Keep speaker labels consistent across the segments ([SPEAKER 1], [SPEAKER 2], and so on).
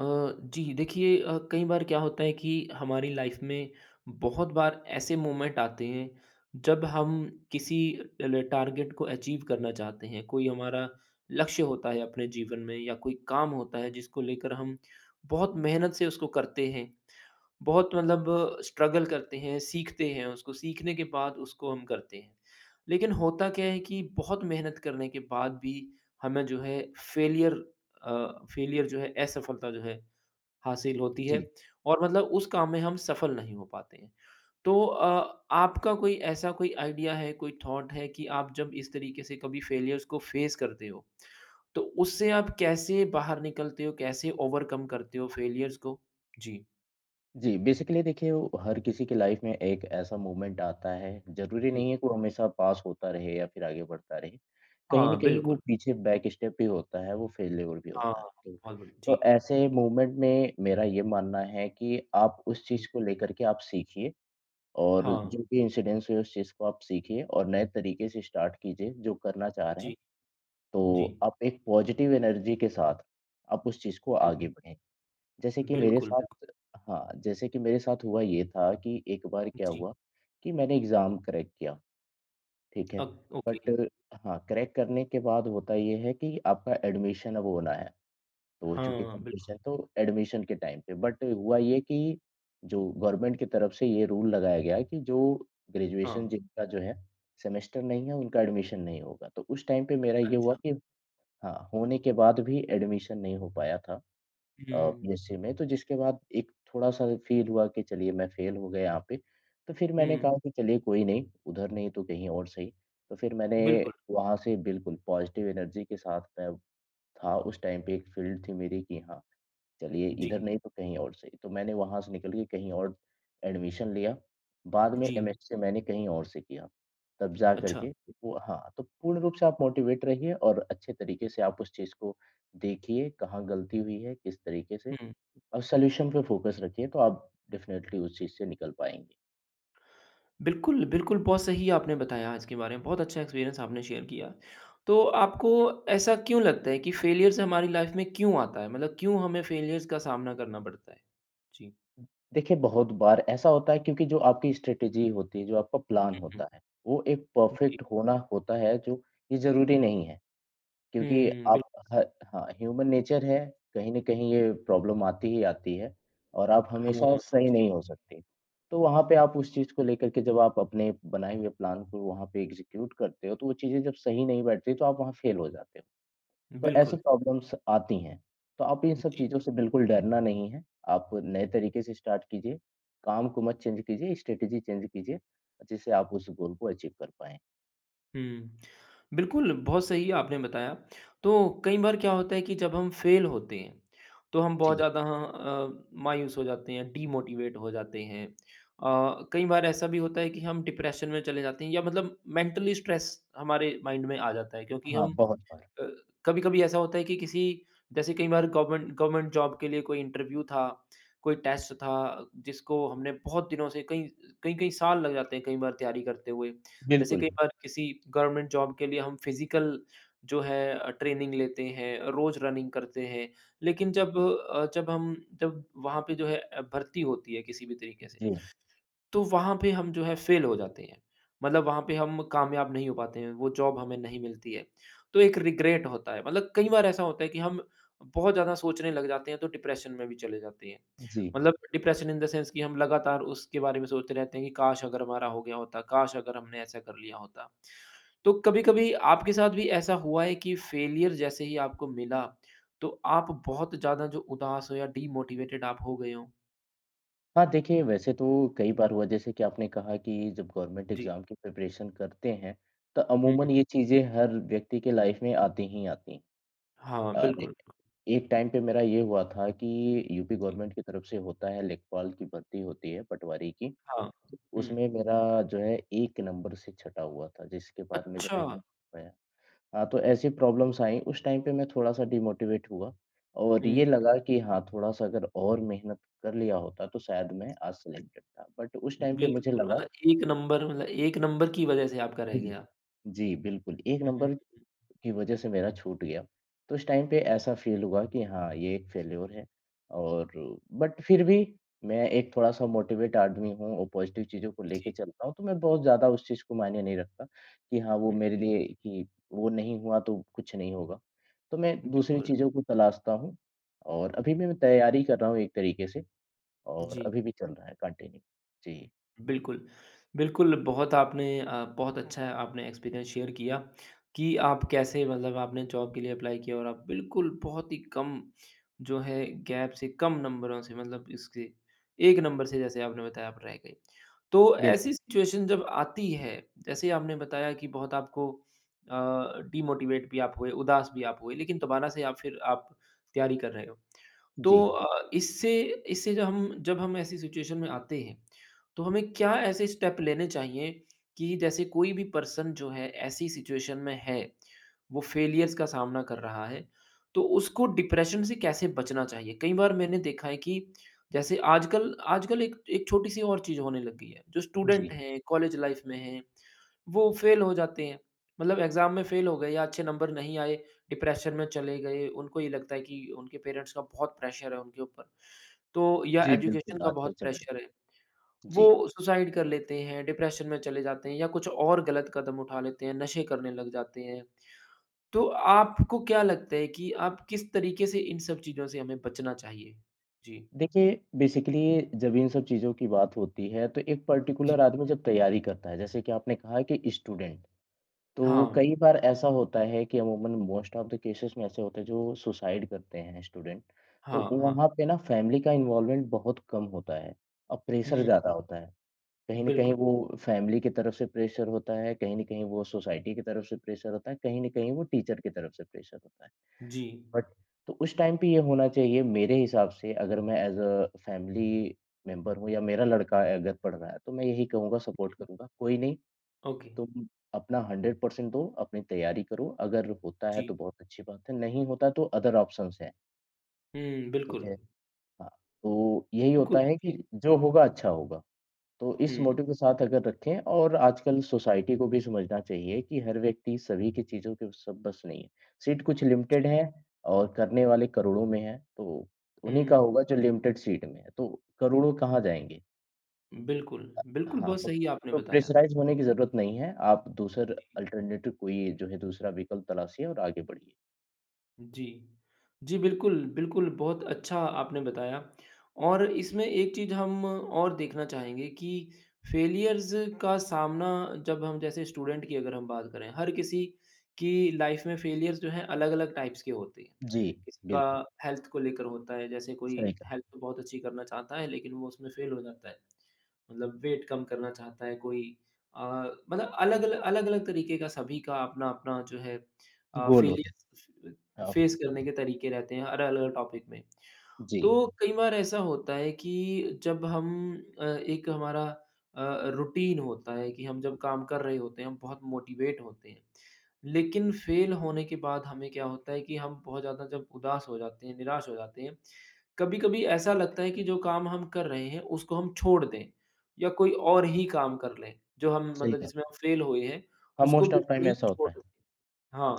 [SPEAKER 1] अ, जी देखिए कई बार क्या होता है कि हमारी लाइफ में बहुत बार ऐसे मोमेंट आते हैं जब हम किसी टारगेट को अचीव करना चाहते हैं, कोई हमारा लक्ष्य होता है अपने जीवन में या कोई काम होता है जिसको लेकर हम बहुत मेहनत से उसको करते हैं, बहुत मतलब स्ट्रगल करते हैं, सीखते हैं, उसको सीखने के बाद उसको हम करते हैं। लेकिन होता क्या है कि बहुत मेहनत करने के बाद भी हमें जो है फेलियर, फेलियर जो है, असफलता जो है हासिल होती है
[SPEAKER 2] जी।
[SPEAKER 1] और मतलब उस काम में हम सफल नहीं हो पाते हैं। तो आपका कोई ऐसा कोई आइडिया है, कोई थॉट है कि आप जब इस तरीके से कभी फेलियर्स को फेस करते हो, तो उससे आप कैसे बाहर निकलते हो, कैसे ओवरकम करते हो फेलियर्स को? जी।
[SPEAKER 2] जी, बेसिकली देखिए वो हर किसी की लाइफ़ में एक ऐसा मोमेंट आता है, ज़रूरी
[SPEAKER 1] जी।
[SPEAKER 2] नहीं है कि वो हमेशा पास होता रहे या फिर आगे बढ़ता रहे। कहीं न
[SPEAKER 1] हाँ,
[SPEAKER 2] कहीं वो
[SPEAKER 1] बिल्कुल।
[SPEAKER 2] पीछे बैक स्टेप भी होता है, वो फेल्योर भी
[SPEAKER 1] हाँ,
[SPEAKER 2] होता है। तो
[SPEAKER 1] बहुत बढ़िया। जी,
[SPEAKER 2] तो ऐसे मूवमेंट में मेरा ये मानना है कि आप उस चीज़
[SPEAKER 1] जी।
[SPEAKER 2] को लेकर के आप सीखिए और
[SPEAKER 1] हाँ,
[SPEAKER 2] जो भी इंसिडेंस हुए उस चीज़ को आप सीखिए और नए तरीके से स्टार्ट कीजिए, जो करना चाह रहे
[SPEAKER 1] जी,
[SPEAKER 2] हैं।
[SPEAKER 1] जी।
[SPEAKER 2] तो आप एक पॉजिटिव एनर्जी के साथ आप उस चीज़ को
[SPEAKER 1] हुँ,
[SPEAKER 2] आगे
[SPEAKER 1] हुँ।
[SPEAKER 2] बढ़ें। जैसे कि मेरे
[SPEAKER 1] बिल्कुल,
[SPEAKER 2] साथ
[SPEAKER 1] बिल्कुल।
[SPEAKER 2] हाँ, जैसे कि मेरे साथ हुआ ये था कि एक बार क्या
[SPEAKER 1] जी।
[SPEAKER 2] हुआ कि मैंने एग्ज़ाम क्रैक किया, ठीक है?
[SPEAKER 1] Uh, okay.
[SPEAKER 2] बट हाँ, क्रैक करने के बाद होता ये है कि आपका एडमिशन अब होना है, तो चूँकि
[SPEAKER 1] हाँ, बिल्कुल।
[SPEAKER 2] कंपटीशन तो एडमिशन के टाइम पे बट हुआ ये कि जो गवर्नमेंट की तरफ से ये रूल लगाया गया कि जो ग्रेजुएशन
[SPEAKER 1] हाँ,
[SPEAKER 2] जिनका जो है सेमेस्टर नहीं है, उनका एडमिशन नहीं होगा। तो उस टाइम पे मेरा ये हुआ
[SPEAKER 1] अच्छा।
[SPEAKER 2] कि हाँ, होने के बाद भी एडमिशन नहीं हो पाया था।
[SPEAKER 1] हुँ।
[SPEAKER 2] पीएससी में तो जिसके बाद एक थोड़ा-सा फ़ील हुआ कि चलिए मैं फ़ेल हो गया यहाँ पे। तो फिर मैंने कहा
[SPEAKER 1] हुँ,
[SPEAKER 2] कि चलिए कोई नहीं, उधर नहीं तो कहीं और सही। तो फिर मैंने
[SPEAKER 1] बिल्कुल।
[SPEAKER 2] वहाँ से बिल्कुल पॉज़िटिव एनर्जी के साथ मैं था उस टाइम पे एक फ़ील्ड थी मेरी कि हाँ, चलिए इधर
[SPEAKER 1] जी,
[SPEAKER 2] नहीं तो कहीं और सही। तो मैंने वहाँ से निकल के कहीं और एडमिशन लिया। बाद में
[SPEAKER 1] जी।
[SPEAKER 2] एमएससी मैंने कहीं और से किया। तब जा
[SPEAKER 1] अच्छा,
[SPEAKER 2] करके वो हाँ, तो पूर्ण रूप से आप मोटिवेट रहिए और अच्छे तरीके से आप उस चीज़ को देखिए, कहाँ गलती हुई है, किस तरीके से
[SPEAKER 1] हुँ।
[SPEAKER 2] और सॉल्यूशन पे फ़ोकस रखिए तो आप डेफ़िनेटली उस चीज़ से निकल पाएँगे।
[SPEAKER 1] बिल्कुल, बिल्कुल, बहुत सही आपने बताया आज के बारे में, बहुत अच्छा एक्सपीरियंस आपने शेयर किया। तो आपको ऐसा क्यों लगता है कि फेलियर्स हमारी लाइफ में क्यों आता है? मतलब क्यों हमें फेलियर्स का सामना करना पड़ता है? जी।
[SPEAKER 2] देखिए बहुत बार ऐसा होता है क्योंकि जो आपकी स्ट्रैटेजी होती है, जो आपका प्लान
[SPEAKER 1] हुँ, हुँ।
[SPEAKER 2] होता है, वो एक
[SPEAKER 1] जी।
[SPEAKER 2] परफ़ेक्ट होना होता है जो ये ज़रूरी नहीं है क्योंकि
[SPEAKER 1] हुँ, बिल्कुल।
[SPEAKER 2] आप ह हाँ, ह्यूमन नेचर है, कहीं न कहीं ये प्रॉब्लम आती ही आती है और आप
[SPEAKER 1] हाँ,
[SPEAKER 2] हमेशा सही नहीं
[SPEAKER 1] जी।
[SPEAKER 2] हो सकते। तो वहाँ पे आप उस चीज़ को लेकर के जब आप अपने बनाए हुए प्लान को वहाँ पे एग्ज़ीक्यूट करते हो, तो वो चीज़ें जब सही नहीं बैठती तो आप वहाँ फ़ेल हो जाते हो। तो ऐसी
[SPEAKER 1] बिल्कुल,
[SPEAKER 2] प्रॉब्लम्स आती हैं। तो आप इन सब
[SPEAKER 1] जी।
[SPEAKER 2] चीज़ों से बिल्कुल डरना नहीं है। आप नए तरीके से स्टार्ट कीजिए, काम को मत चेंज कीजिए, स्ट्रैटेजी चेंज कीजिए, जिससे आप उस गोल को अचीव कर पाएँ।
[SPEAKER 1] हुँ। बिल्कुल, बहुत सही आपने बताया। तो कई बार क्या होता है कि जब हम फेल होते हैं, तो हम बहुत
[SPEAKER 2] जी।
[SPEAKER 1] ज़्यादा मायूस हो जाते हैं, डीमोटिवेट हो जाते हैं। कई बार ऐसा भी होता है कि हम डिप्रेशन में चले जाते हैं या मतलब मेंटली स्ट्रेस हमारे माइंड में आ जाता है क्योंकि
[SPEAKER 2] हाँ,
[SPEAKER 1] हम
[SPEAKER 2] बहुत बार।
[SPEAKER 1] अ, कभी-कभी ऐसा होता है कि किसी जैसे कई बार गवर्नमेंट गवर्नमेंट जॉब के लिए कोई इंटरव्यू था, कोई टेस्ट था, जिसको हमने बहुत दिनों से कई कई-कई साल लग जाते हैं कई बार तैयारी करते हुए। जैसे
[SPEAKER 2] बिल्कुल,
[SPEAKER 1] कई बार किसी गवर्नमेंट जॉब के लिए हम फिज़िकल जो है ट्रेनिंग लेते हैं, रोज़ रनिंग करते हैं। लेकिन जब हम जब वहाँ पे जो है भर्ती होती है किसी भी तरीके से,
[SPEAKER 2] जी,
[SPEAKER 1] तो वहाँ पे हम जो है फ़ेल हो जाते हैं। मतलब वहाँ पे हम कामयाब नहीं हो पाते हैं, वो जॉब हमें नहीं मिलती है। तो एक रिग्रेट होता है, मतलब कई बार ऐसा होता है कि हम बहुत ज़्यादा सोचने लग जाते हैं, तो डिप्रेशन में भी चले जाते हैं।
[SPEAKER 2] जी।
[SPEAKER 1] मतलब डिप्रेशन इन द सेंस कि हम लगातार उसके बारे में सोचते रहते हैं कि काश अगर हमारा हो गया होता, काश अगर हमने ऐसा कर लिया होता। तो कभी-कभी आपके साथ भी ऐसा हुआ है कि फ़ेलियर जैसे ही आपको मिला, तो आप बहुत ज़्यादा जो उदास हो या डीमोटिवेटेड आप हो गए हों?
[SPEAKER 2] हाँ, देखिए वैसे तो कई बार हुआ जैसे कि आपने कहा कि जब गवर्नमेंट
[SPEAKER 1] जी।
[SPEAKER 2] एग्ज़ाम की प्रिपरेशन करते हैं, तो
[SPEAKER 1] हुँ,
[SPEAKER 2] अमूमन ये
[SPEAKER 1] हुँ।
[SPEAKER 2] चीज़ें हर व्यक्ति के लाइफ़ में आती ही आती हैं।
[SPEAKER 1] हाँ,
[SPEAKER 2] और
[SPEAKER 1] बिल्कुल।
[SPEAKER 2] एक टाइम पे मेरा ये हुआ था कि यूपी गवर्नमेंट की तरफ से होता है लेखपाल की भर्ती होती है, पटवारी की।
[SPEAKER 1] हाँ, हुँ।
[SPEAKER 2] उसमें मेरा जो है 1 नंबर से छँटा हुआ था, जिसके बाद मैं
[SPEAKER 1] अच्छा,
[SPEAKER 2] ज्वाइन नहीं कर पाया। हाँ, तो ऐसी प्रॉब्लम्स आई, उस टाइम पे मैं थोड़ा-सा डिमोटिवेट हुआ और
[SPEAKER 1] हुँ,
[SPEAKER 2] ये लगा कि हाँ, थोड़ा-सा अगर और मेहनत कर लिया होता तो शायद मैं आज सिलेक्टेड था। बट उस टाइम पे मुझे
[SPEAKER 1] बिल्कुल,
[SPEAKER 2] लगा
[SPEAKER 1] मतलब एक नंबर की वजह से आपका रह
[SPEAKER 2] जी,
[SPEAKER 1] गया।
[SPEAKER 2] जी, बिल्कुल, 1
[SPEAKER 1] हुँ, हुँ,
[SPEAKER 2] नंबर
[SPEAKER 1] हुँ,
[SPEAKER 2] की वजह से मेरा छूट गया। तो उस टाइम पे ऐसा फ़ील हुआ कि हाँ, ये एक फ़ेल्योर है और बट फिर भी मैं एक थोड़ा-सा मोटिवेट आदमी हूँ और पॉज़िटिव चीज़ों को लेके
[SPEAKER 1] जी।
[SPEAKER 2] चलता हूँ, तो मैं बहुत ज़्यादा उस चीज़ को मायने नहीं रखता कि हाँ, वो मेरे लिए कि वो नहीं हुआ तो कुछ नहीं होगा। तो मैं
[SPEAKER 1] हुँ,
[SPEAKER 2] दूसरी
[SPEAKER 1] बिल्कुल,
[SPEAKER 2] चीज़ों को तलाशता हूँ और अभी भी मैं तैयारी कर रहा हूँ एक तरीके से और
[SPEAKER 1] जी।
[SPEAKER 2] अभी भी चल रहा है कंटिन्यू। जी,
[SPEAKER 1] बिल्कुल। बिल्कुल, बहुत आपने बहुत अच्छा है, आपने एक्सपीरियंस शेयर किया कि आप कैसे मतलब आपने जॉब के लिए अप्लाई किया और आप बिल्कुल बहुत ही कम जो है गैप से कम नंबरों से मतलब इसके 1 नंबर से जैसे आपने बताया आप रह गए। तो
[SPEAKER 2] बिल्कुल।
[SPEAKER 1] ऐसी सिचुएशन जब आती है, जैसे आपने बताया कि बहुत आपको डिमोटिवेट भी आप हुए, उदास भी आप हुए, लेकिन दोबारा से आप फिर आप तैयारी कर रहे हो। तो
[SPEAKER 2] जी,
[SPEAKER 1] इससे इससे जब हम ऐसी सिचुएशन में आते हैं तो हमें क्या ऐसे स्टेप लेने चाहिए कि जैसे कोई भी पर्सन जो है ऐसी सिचुएशन में है, वो फेलियर्स का सामना कर रहा है, तो उसको डिप्रेशन से कैसे बचना चाहिए? कई बार मैंने देखा है कि जैसे आजकल आजकल एक एक छोटी-सी और चीज़ होने लग गई है, जो
[SPEAKER 2] जी।
[SPEAKER 1] स्टूडेंट हैं, कॉलेज लाइफ में हैं, वो फेल हो जाते हैं। मतलब एग्ज़ाम में फेल हो गए या अच्छे नंबर नहीं आए, डिप्रेशन में चले गए, उनको ये लगता है कि उनके पेरेंट्स का बहुत प्रेशर है उनके ऊपर, तो या
[SPEAKER 2] जी,
[SPEAKER 1] एजुकेशन
[SPEAKER 2] बिल्कुल
[SPEAKER 1] का
[SPEAKER 2] आजकल
[SPEAKER 1] बहुत
[SPEAKER 2] चल रही
[SPEAKER 1] प्रेशर है।
[SPEAKER 2] है। जी।
[SPEAKER 1] वो सुसाइड कर लेते हैं, डिप्रेशन में चले जाते हैं या कुछ और गलत कदम उठा लेते हैं, नशे करने लग जाते हैं। तो आपको क्या लगता है कि आप किस तरीके से इन सब चीज़ों से हमें बचना चाहिए? जी।
[SPEAKER 2] देखिए, बेसिकली जब इन सब चीज़ों की बात होती है, तो एक
[SPEAKER 1] जी।
[SPEAKER 2] पर्टिकुलर आदमी जब तैयारी करता है, जैसे कि आपने कहा कि स्टूडेंट, तो
[SPEAKER 1] हाँ,
[SPEAKER 2] कई बार ऐसा होता है कि अमूमन मोस्ट ऑफ द केसेस में ऐसे होते हैं जो सुसाइड करते हैं स्टूडेंट,
[SPEAKER 1] हाँ,
[SPEAKER 2] तो
[SPEAKER 1] हाँ।
[SPEAKER 2] वहाँ पे ना फैमिली का इन्वॉल्वमेंट बहुत कम होता है और प्रेशर
[SPEAKER 1] हुँ,
[SPEAKER 2] ज़्यादा होता है। कहीं न कहीं
[SPEAKER 1] बिल्कुल।
[SPEAKER 2] वो फैमिली की तरफ से प्रेशर होता है, कहीं न कहीं वो सोसाइटी की तरफ से प्रेशर होता है, कहीं न कहीं वो टीचर की तरफ से प्रेशर होता है।
[SPEAKER 1] जी।
[SPEAKER 2] बट तो उस टाइम पे ये होना चाहिए मेरे हिसाब से अगर मैं एज़ अ फैमिली मेंबर हूँ या मेरा लड़का अगर पढ़ रहा है, तो मैं यही कहूँगा सपोर्ट करूँगा, कोई नहीं
[SPEAKER 1] ओके।
[SPEAKER 2] तुम अपना 100% दो, अपनी तैयारी करो, अगर होता है
[SPEAKER 1] जी।
[SPEAKER 2] तो बहुत अच्छी बात है, नहीं होता तो अदर ऑप्शंस हैं।
[SPEAKER 1] हुँ,
[SPEAKER 2] ठीक
[SPEAKER 1] बिल्कुल।
[SPEAKER 2] है। हाँ, तो यही
[SPEAKER 1] बिल्कुल।
[SPEAKER 2] होता है कि जो होगा अच्छा होगा। तो इस
[SPEAKER 1] हुँ,
[SPEAKER 2] मोटिव के साथ अगर रखें और आजकल सोसाइटी को भी समझना चाहिए कि हर व्यक्ति सभी की चीज़ों के सब बस नहीं है। सीट कुछ लिमिटेड
[SPEAKER 1] जी।
[SPEAKER 2] है और करने वाले करोड़ों में हैं, तो उन्हीं का
[SPEAKER 1] हुँ,
[SPEAKER 2] होगा जो लिमिटेड सीट में है, तो करोड़ों कहाँ जाएँगे?
[SPEAKER 1] बिल्कुल। बिल्कुल,
[SPEAKER 2] हाँ,
[SPEAKER 1] बहुत
[SPEAKER 2] तो
[SPEAKER 1] सही आपने
[SPEAKER 2] तो
[SPEAKER 1] बताया।
[SPEAKER 2] प्रेशराइज़ होने की ज़रूरत नहीं है, आप दूसर अल्टरनेटिव कोई जो है दूसरा विकल्प तलाशिए और आगे बढ़िए।
[SPEAKER 1] जी। जी, बिल्कुल, बिल्कुल, बहुत अच्छा आपने बताया और इसमें एक चीज़ हम और देखना चाहेंगे कि फेलियर्स का सामना जब हम जैसे स्टूडेंट की अगर हम बात करें, हर किसी की लाइफ में फेलियर्स जो हैं अलग-अलग टाइप्स के होते हैं।
[SPEAKER 2] जी,
[SPEAKER 1] किसी का
[SPEAKER 2] बिल्कुल,
[SPEAKER 1] हेल्थ को लेकर होता है, जैसे कोई
[SPEAKER 2] सही कहा।
[SPEAKER 1] हेल्थ तो बहुत अच्छी करना चाहता है लेकिन वो उसमें फेल हो जाता है। मतलब वेट कम करना चाहता है कोई, अ, मतलब अलग-अलग तरीके का सभी का अपना-अपना जो है
[SPEAKER 2] गोल होता
[SPEAKER 1] फेलियर्स
[SPEAKER 2] है।
[SPEAKER 1] फेस करने
[SPEAKER 2] हाँ,
[SPEAKER 1] के तरीके रहते हैं, अलग-अलग टॉपिक में।
[SPEAKER 2] जी,
[SPEAKER 1] तो कई बार ऐसा होता है कि जब हम एक हमारा अ, रूटीन होता है कि हम जब काम कर रहे होते हैं, हम बहुत मोटिवेट होते हैं। लेकिन फेल होने के बाद हमें क्या होता है कि हम बहुत ज़्यादा जब उदास हो जाते हैं, निराश हो जाते हैं, कभी-कभी ऐसा लगता है कि जो काम हम कर रहे हैं, उसको हम छोड़ दें या कोई और ही काम कर लें, जो हम
[SPEAKER 2] सही
[SPEAKER 1] मतलब
[SPEAKER 2] कहा।
[SPEAKER 1] जिसमें हम फेल हुए हैं,
[SPEAKER 2] हाँ,
[SPEAKER 1] उसको
[SPEAKER 2] मोस्ट ऑफ टाइम
[SPEAKER 1] बिल्कुल ही
[SPEAKER 2] ऐसा होता
[SPEAKER 1] छोड़
[SPEAKER 2] है।
[SPEAKER 1] दें।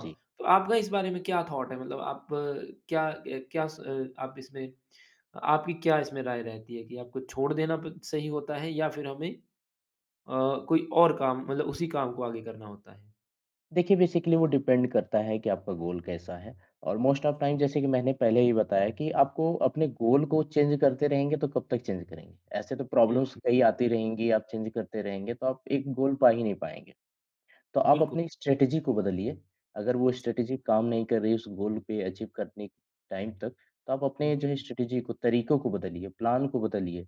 [SPEAKER 2] जी।
[SPEAKER 1] तो आपका इस बारे में क्या थॉट है? मतलब आप क्या क्या स अ, आप इसमें आपकी क्या इसमें राय रहती है कि आपको छोड़ देना ब सही होता है या फिर हमें अ, कोई और काम मतलब उसी काम को आगे करना होता है?
[SPEAKER 2] देखिए, बेसिकली वो डिपेंड करता है कि आपका गोल कैसा है और मोस्ट ऑफ टाइम जैसे कि मैंने पहले ही बताया कि आपको अपने गोल को चेंज करते रहेंगे, तो कब तक चेंज करेंगे? ऐसे तो
[SPEAKER 1] हुँ,
[SPEAKER 2] प्रॉब्लम्स
[SPEAKER 1] हुँ।
[SPEAKER 2] कई आती
[SPEAKER 1] बिल
[SPEAKER 2] रहेंगी, आप चेंज करते रहेंगे, तो आप एक गोल पा ही नहीं पाएँगे। तो आप
[SPEAKER 1] बिल्कुल।
[SPEAKER 2] अपनी स्ट्रैटेजी को बदलिए, अगर वो
[SPEAKER 1] जी,
[SPEAKER 2] स्ट्रैटेजी काम नहीं कर रही उस गोल पे अचीव करने टाइम तक, तो आप अपने जो
[SPEAKER 1] जी।
[SPEAKER 2] है स्ट्रैटेजी को, तरीकों को बदलिए, प्लान को बदलिए।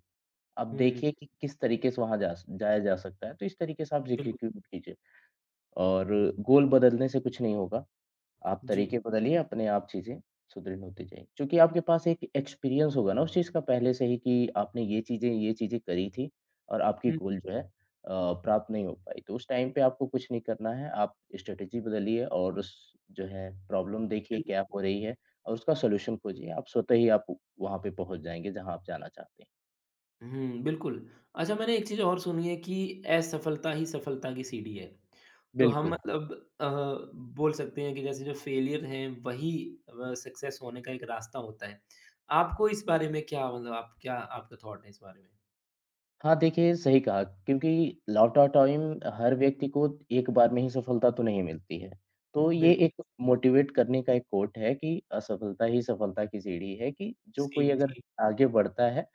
[SPEAKER 2] आप
[SPEAKER 1] हुँ,
[SPEAKER 2] देखिए कि किस तरीके से वहाँ जा स जाया जा सकता है, तो इस तरीके से आप
[SPEAKER 1] बिल्कुल।
[SPEAKER 2] एग्ज़ीक्यूट कीजिए और गोल बदलने से कुछ नहीं होगा। आप
[SPEAKER 1] जी।
[SPEAKER 2] तरीके बदलिए, अपने आप चीज़ें सुदृढ़ होती जाएँगी। क्योंकि आपके पास एक एक्सपीरियंस होगा ना उस चीज़ का पहले से ही कि आपने ये चीज़ें करी थी और आपकी
[SPEAKER 1] हुँ।
[SPEAKER 2] गोल जो है अ, प्राप्त नहीं हो पाई। तो उस टाइम पे आपको कुछ नहीं करना है, आप स्ट्रैटेजी बदलिए और उस जो है प्रॉब्लम देखिए क्या हो रही है और उसका सॉल्यूशन खोजिए। आप स्वतः ही आप वहाँ पे पहुँच जाएँगे जहाँ आप जाना चाहते हैं।
[SPEAKER 1] हुँ, बिल्कुल। अच्छा, मैंने एक चीज़ और सुनी है कि असफलता ही सफलता की सीढ़ी है। तो हम
[SPEAKER 2] बिल्कुल।
[SPEAKER 1] मतलब अ, बोल सकते हैं कि जैसे जो फेलियर है वही सक्सेस होने का एक रास्ता होता है। आपको इस बारे में क्या मतलब आप क्या आपका थॉट है इस बारे में?
[SPEAKER 2] हाँ, देखिए सही कहा क्योंकि लौट ऑफ टाइम हर व्यक्ति को एक बार में ही सफलता तो नहीं मिलती है। तो ये
[SPEAKER 1] बिल्कुल,
[SPEAKER 2] एक मोटिवेट करने का एक कोट है कि असफलता ही सफलता की सीढ़ी है कि जो
[SPEAKER 1] जी,
[SPEAKER 2] कोई अगर
[SPEAKER 1] जी।
[SPEAKER 2] आगे बढ़ता है,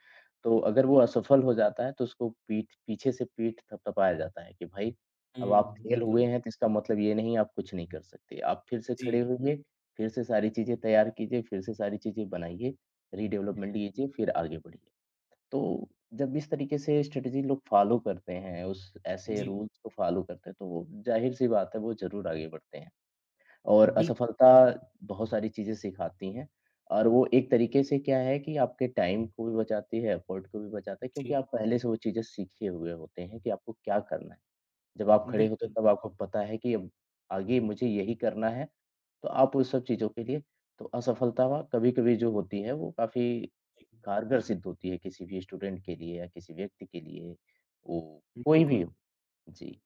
[SPEAKER 2] तो अगर वो असफल हो जाता है तो उसको पीठ पीछे से पीठ थपथपाया जाता है कि भाई अब
[SPEAKER 1] हुँ,
[SPEAKER 2] आप फेल हुए
[SPEAKER 1] बिल्कुल।
[SPEAKER 2] हैं तो इसका मतलब ये नहीं आप कुछ नहीं कर सकते। आप फिर से
[SPEAKER 1] जी,
[SPEAKER 2] खड़े होइए, फिर से सारी चीज़ें तैयार कीजिए, फिर से सारी चीज़ें बनाइए, रीडेवलपमेंट कीजिए, फिर आगे बढ़िए। तो जब इस तरीके से स्ट्रेटेजी लोग फॉलो करते हैं, उस ऐसे
[SPEAKER 1] जी।
[SPEAKER 2] रूल्स को फॉलो करते हैं, तो वो ज़ाहिर-सी बात है, वो ज़रूर आगे बढ़ते हैं। और
[SPEAKER 1] बिल्कुल,
[SPEAKER 2] असफलता बहुत सारी चीज़ें सिखाती हैं और वो एक तरीके से क्या है कि आपके टाइम को भी बचाती है, एफर्ट को भी बचाती है क्योंकि
[SPEAKER 1] जी।
[SPEAKER 2] आप पहले से वो चीज़ें सीखे हुए होते हैं कि आपको क्या करना है। जब आप खड़े होते हैं,
[SPEAKER 1] बिल्कुल,
[SPEAKER 2] तब आपको पता है कि अब आगे मुझे यही करना है, तो आप उन सब चीज़ों के लिए तो असफलता कभी-कभी जो होती है, वो काफ़ी
[SPEAKER 1] जी।
[SPEAKER 2] कारगर सिद्ध होती है किसी भी स्टूडेंट के लिए या किसी व्यक्ति के लिए, वो कोई भी
[SPEAKER 1] बिल्कुल।
[SPEAKER 2] हो। जी,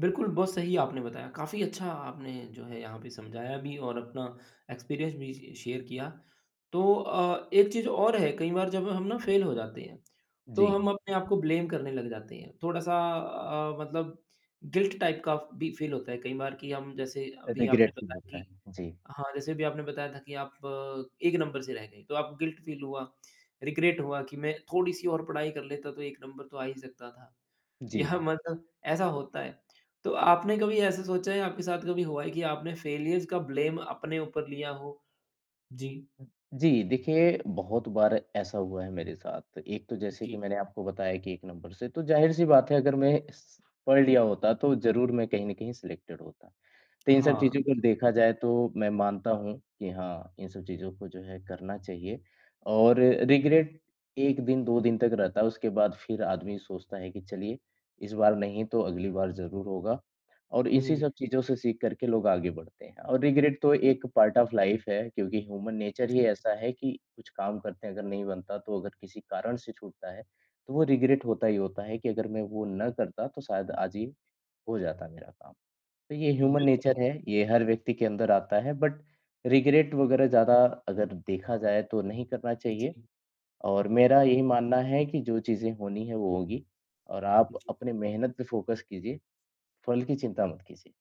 [SPEAKER 1] बिल्कुल, बहुत सही आपने बताया। काफ़ी अच्छा आपने जो है यहाँ पे समझाया भी और अपना एक्सपीरियंस भी श शेयर किया। तो एक चीज़ और है, कई बार जब हम ना फेल हो जाते हैं, तो
[SPEAKER 2] जी,
[SPEAKER 1] हम अपने आप को ब्लेम करने लग जाते हैं। थोड़ा-सा मतलब गिल्ट टाइप का भी फ़ील होता है कई बार कि हम जैसे अभी आपने
[SPEAKER 2] रिग्रेट फील
[SPEAKER 1] बताया
[SPEAKER 2] होता
[SPEAKER 1] कि
[SPEAKER 2] है। जी,
[SPEAKER 1] हाँ, जैसे भी आपने बताया था कि आप 1 नंबर से रह गए, तो आपको गिल्ट फ़ील हुआ, रिग्रेट हुआ कि मैं थोड़ी-सी और पढ़ाई कर लेता तो 1 नंबर तो आ ही सकता था।
[SPEAKER 2] जी।
[SPEAKER 1] यह मतलब ऐसा होता है। तो आपने कभी ऐसा सोचा है, आपके साथ कभी हुआ है कि आपने फेलियर्स का ब्लेम अपने ऊपर लिया हो? जी।
[SPEAKER 2] जी, देखिए बहुत बार ऐसा हुआ है मेरे साथ। एक तो जैसे कि
[SPEAKER 1] जी।
[SPEAKER 2] मैंने आपको बताया कि 1 नंबर से, तो ज़ाहिर-सी बात है अगर मैं स पढ़ लिया होता तो ज़रूर मैं कहीं न कहीं सिलेक्टेड होता। तो इन सब
[SPEAKER 1] हाँ।
[SPEAKER 2] चीज़ों को देखा जाए तो मैं मानता हूँ कि हाँ, इन सब चीज़ों को जो है करना चाहिए और रिग्रेट 1 दिन 2 दिन तक रहता है, उसके बाद फिर आदमी सोचता है कि चलिए, इस बार नहीं तो अगली बार ज़रूर होगा और इसी
[SPEAKER 1] हुँ।
[SPEAKER 2] सब चीज़ों से सीख कर के लोग आगे बढ़ते हैं और रिग्रेट तो एक पार्ट ऑफ लाइफ़ है क्योंकि ह्यूमन नेचर
[SPEAKER 1] जी।
[SPEAKER 2] ही ऐसा है कि कुछ काम करते हैं, अगर नहीं बनता तो अगर किसी कारण से छूटता है, तो वो रिग्रेट होता ही होता है कि अगर मैं वो ना करता तो शायद आज ये हो जाता मेरा काम। तो ये ह्यूमन नेचर
[SPEAKER 1] बिल्कुल।
[SPEAKER 2] है, ये हर व्यक्ति के अंदर आता है बट रिग्रेट वगैरह ज़्यादा अगर देखा जाए तो नहीं करना
[SPEAKER 1] जी।
[SPEAKER 2] चाहिए और मेरा यही मानना है कि जो चीज़ें होनी है वो होगी और आप अपने मेहनत पे फ़ोकस कीजिए, फल की चिंता मत कीजिए।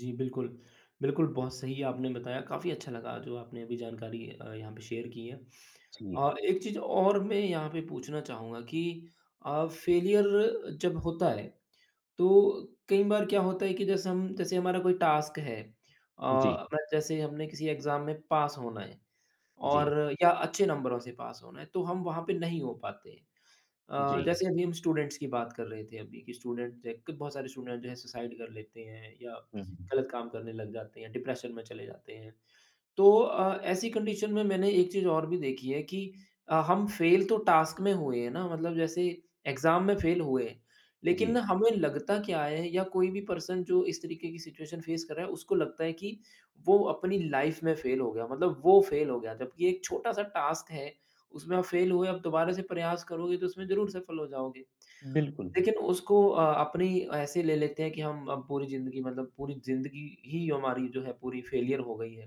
[SPEAKER 1] जी, बिल्कुल। बिल्कुल, बहुत सही आपने बताया, काफ़ी अच्छा लगा जो आपने अभी जानकारी यहाँ पे शेयर की है।
[SPEAKER 2] जी,
[SPEAKER 1] एक चीज़ और मैं यहाँ पे पूछना चाहूँगा कि फेलियर जब होता है, तो कई बार क्या होता है कि जैसे हम जैसे हमारा कोई टास्क है,
[SPEAKER 2] जी,
[SPEAKER 1] मैं जैसे हमने किसी एग्ज़ाम में पास होना है
[SPEAKER 2] जी,
[SPEAKER 1] और या अच्छे नंबरों से पास होना है, तो हम वहाँ पे नहीं हो पाते।
[SPEAKER 2] जी।
[SPEAKER 1] जैसे अभी हम स्टूडेंट्स की बात कर रहे थे अभी कि स्टूडेंट एक बहुत सारे स्टूडेंट जो है सुसाइड कर लेते हैं या
[SPEAKER 2] हुँ, हुँ।
[SPEAKER 1] गलत काम करने लग जाते हैं, डिप्रेशन में चले जाते हैं। तो ऐसी कंडीशन में मैंने एक चीज़ और भी देखी है कि हम फेल तो टास्क में हुए हैं ना, मतलब जैसे एग्ज़ाम में फेल हुए हैं। लेकिन
[SPEAKER 2] जी,
[SPEAKER 1] ना हमें लगता क्या है या कोई भी पर्सन जो इस तरीके की सिचुएशन फेस कर रहा है, उसको लगता है कि वो अपनी लाइफ़ में फेल हो गया, मतलब वो फेल हो गया। जबकि एक छोटा-सा टास्क है, उसमें आप फेल हुए, आप दोबारा से प्रयास करोगे तो उसमें ज़रूर सफल हो जाओगे।
[SPEAKER 2] बिल्कुल।
[SPEAKER 1] लेकिन उसको अपनी ऐसे ले लेते हैं कि हम अब पूरी ज़िंदगी, ही हमारी जो है पूरी फेलियर हो गई है।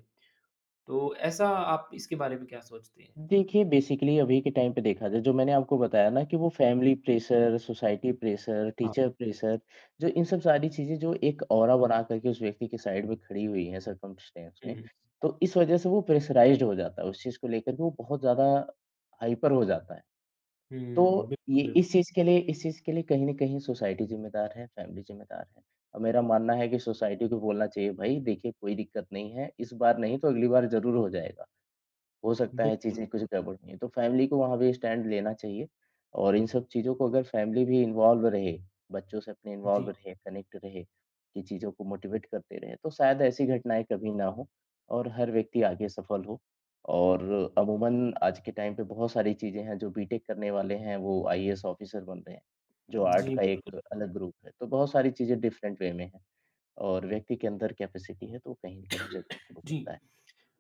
[SPEAKER 1] तो ऐसा आप इसके बारे में क्या सोचते हैं? जी।
[SPEAKER 2] देखिए, बेसिकली अभी के टाइम पे देखा जाए, जो मैंने आपको बताया ना कि वो फैमिली प्रेशर, सोसाइटी प्रेशर,
[SPEAKER 1] हाँ।
[SPEAKER 2] टीचर प्रेशर, जो इन सब सारी चीज़ें जो एक औरा बना करके उस व्यक्ति के साइड में खड़ी हुई हैं सर्कमस्टेंस में,
[SPEAKER 1] हुँ,
[SPEAKER 2] तो इस वज़ह से वो प्रेशराइज़्ड हो जाता है। उस चीज़ को लेकर के वो बहुत ज़्यादा हाइपर हो जाता है। तो
[SPEAKER 1] हुँ,
[SPEAKER 2] ये
[SPEAKER 1] बिल्कुल, बिल्कुल,
[SPEAKER 2] इस चीज़ के लिए इस चीज़ के लिए कहीं न कहीं सोसाइटी ज़िम्मेदार है, फैमिली ज़िम्मेदार है। और मेरा मानना है कि सोसाइटी को बोलना चाहिए, "भई देखिए कोई दिक्कत नहीं है, इस बार नहीं तो अगली बार ज़रूर हो जाएगा।" हो सकता है
[SPEAKER 1] बिल्कुल,
[SPEAKER 2] चीज़ें कुछ
[SPEAKER 1] बिल्कुल।
[SPEAKER 2] गड़बड़ हुई हैं। तो फैमिली को वहाँ भी स्टैंड लेना चाहिए और इन सब चीज़ों को अगर फैमिली भी इन्वॉल्व रहे, बच्चों से अपने इन्वॉल्व
[SPEAKER 1] जी,
[SPEAKER 2] रहे, कनेक्ट रहे, कि चीज़ों को मोटिवेट करते रहें, तो शायद ऐसी घटनाएँ कभी ना हो और हर व्यक्ति आगे सफल हो। और
[SPEAKER 1] जी,
[SPEAKER 2] अमूमन आज के टाइम पे बहुत सारी चीज़ें हैं, जो बीटेक करने वाले हैं, वो आईएएस ऑफ़िसर बन रहे हैं, जो आर्ट
[SPEAKER 1] जी,
[SPEAKER 2] का
[SPEAKER 1] बिल्कुल,
[SPEAKER 2] एक
[SPEAKER 1] बिल्कुल।
[SPEAKER 2] अलग ग्रुप है। तो बहुत सारी चीज़ें डिफरेंट वे में हैं और व्यक्ति के अंदर कैपेसिटी है, तो कहीं न कहीं ज़रूर ग्रो
[SPEAKER 1] जी,
[SPEAKER 2] करता है।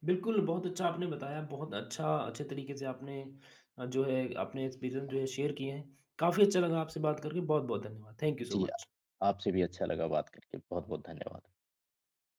[SPEAKER 1] बिल्कुल, बहुत अच्छा आपने बताया, बहुत अच्छा अच्छे तरीके से आपने जो है अपने एक्सपीरियंस जो है शेयर किए हैं। काफ़ी अच्छा लगा आपसे बात करके, बहुत-बहुत धन्यवाद। थैंक यू सो
[SPEAKER 2] जी,
[SPEAKER 1] मच।
[SPEAKER 2] आपसे भी अच्छा लगा बात करके। बहुत-बहुत धन्यवाद।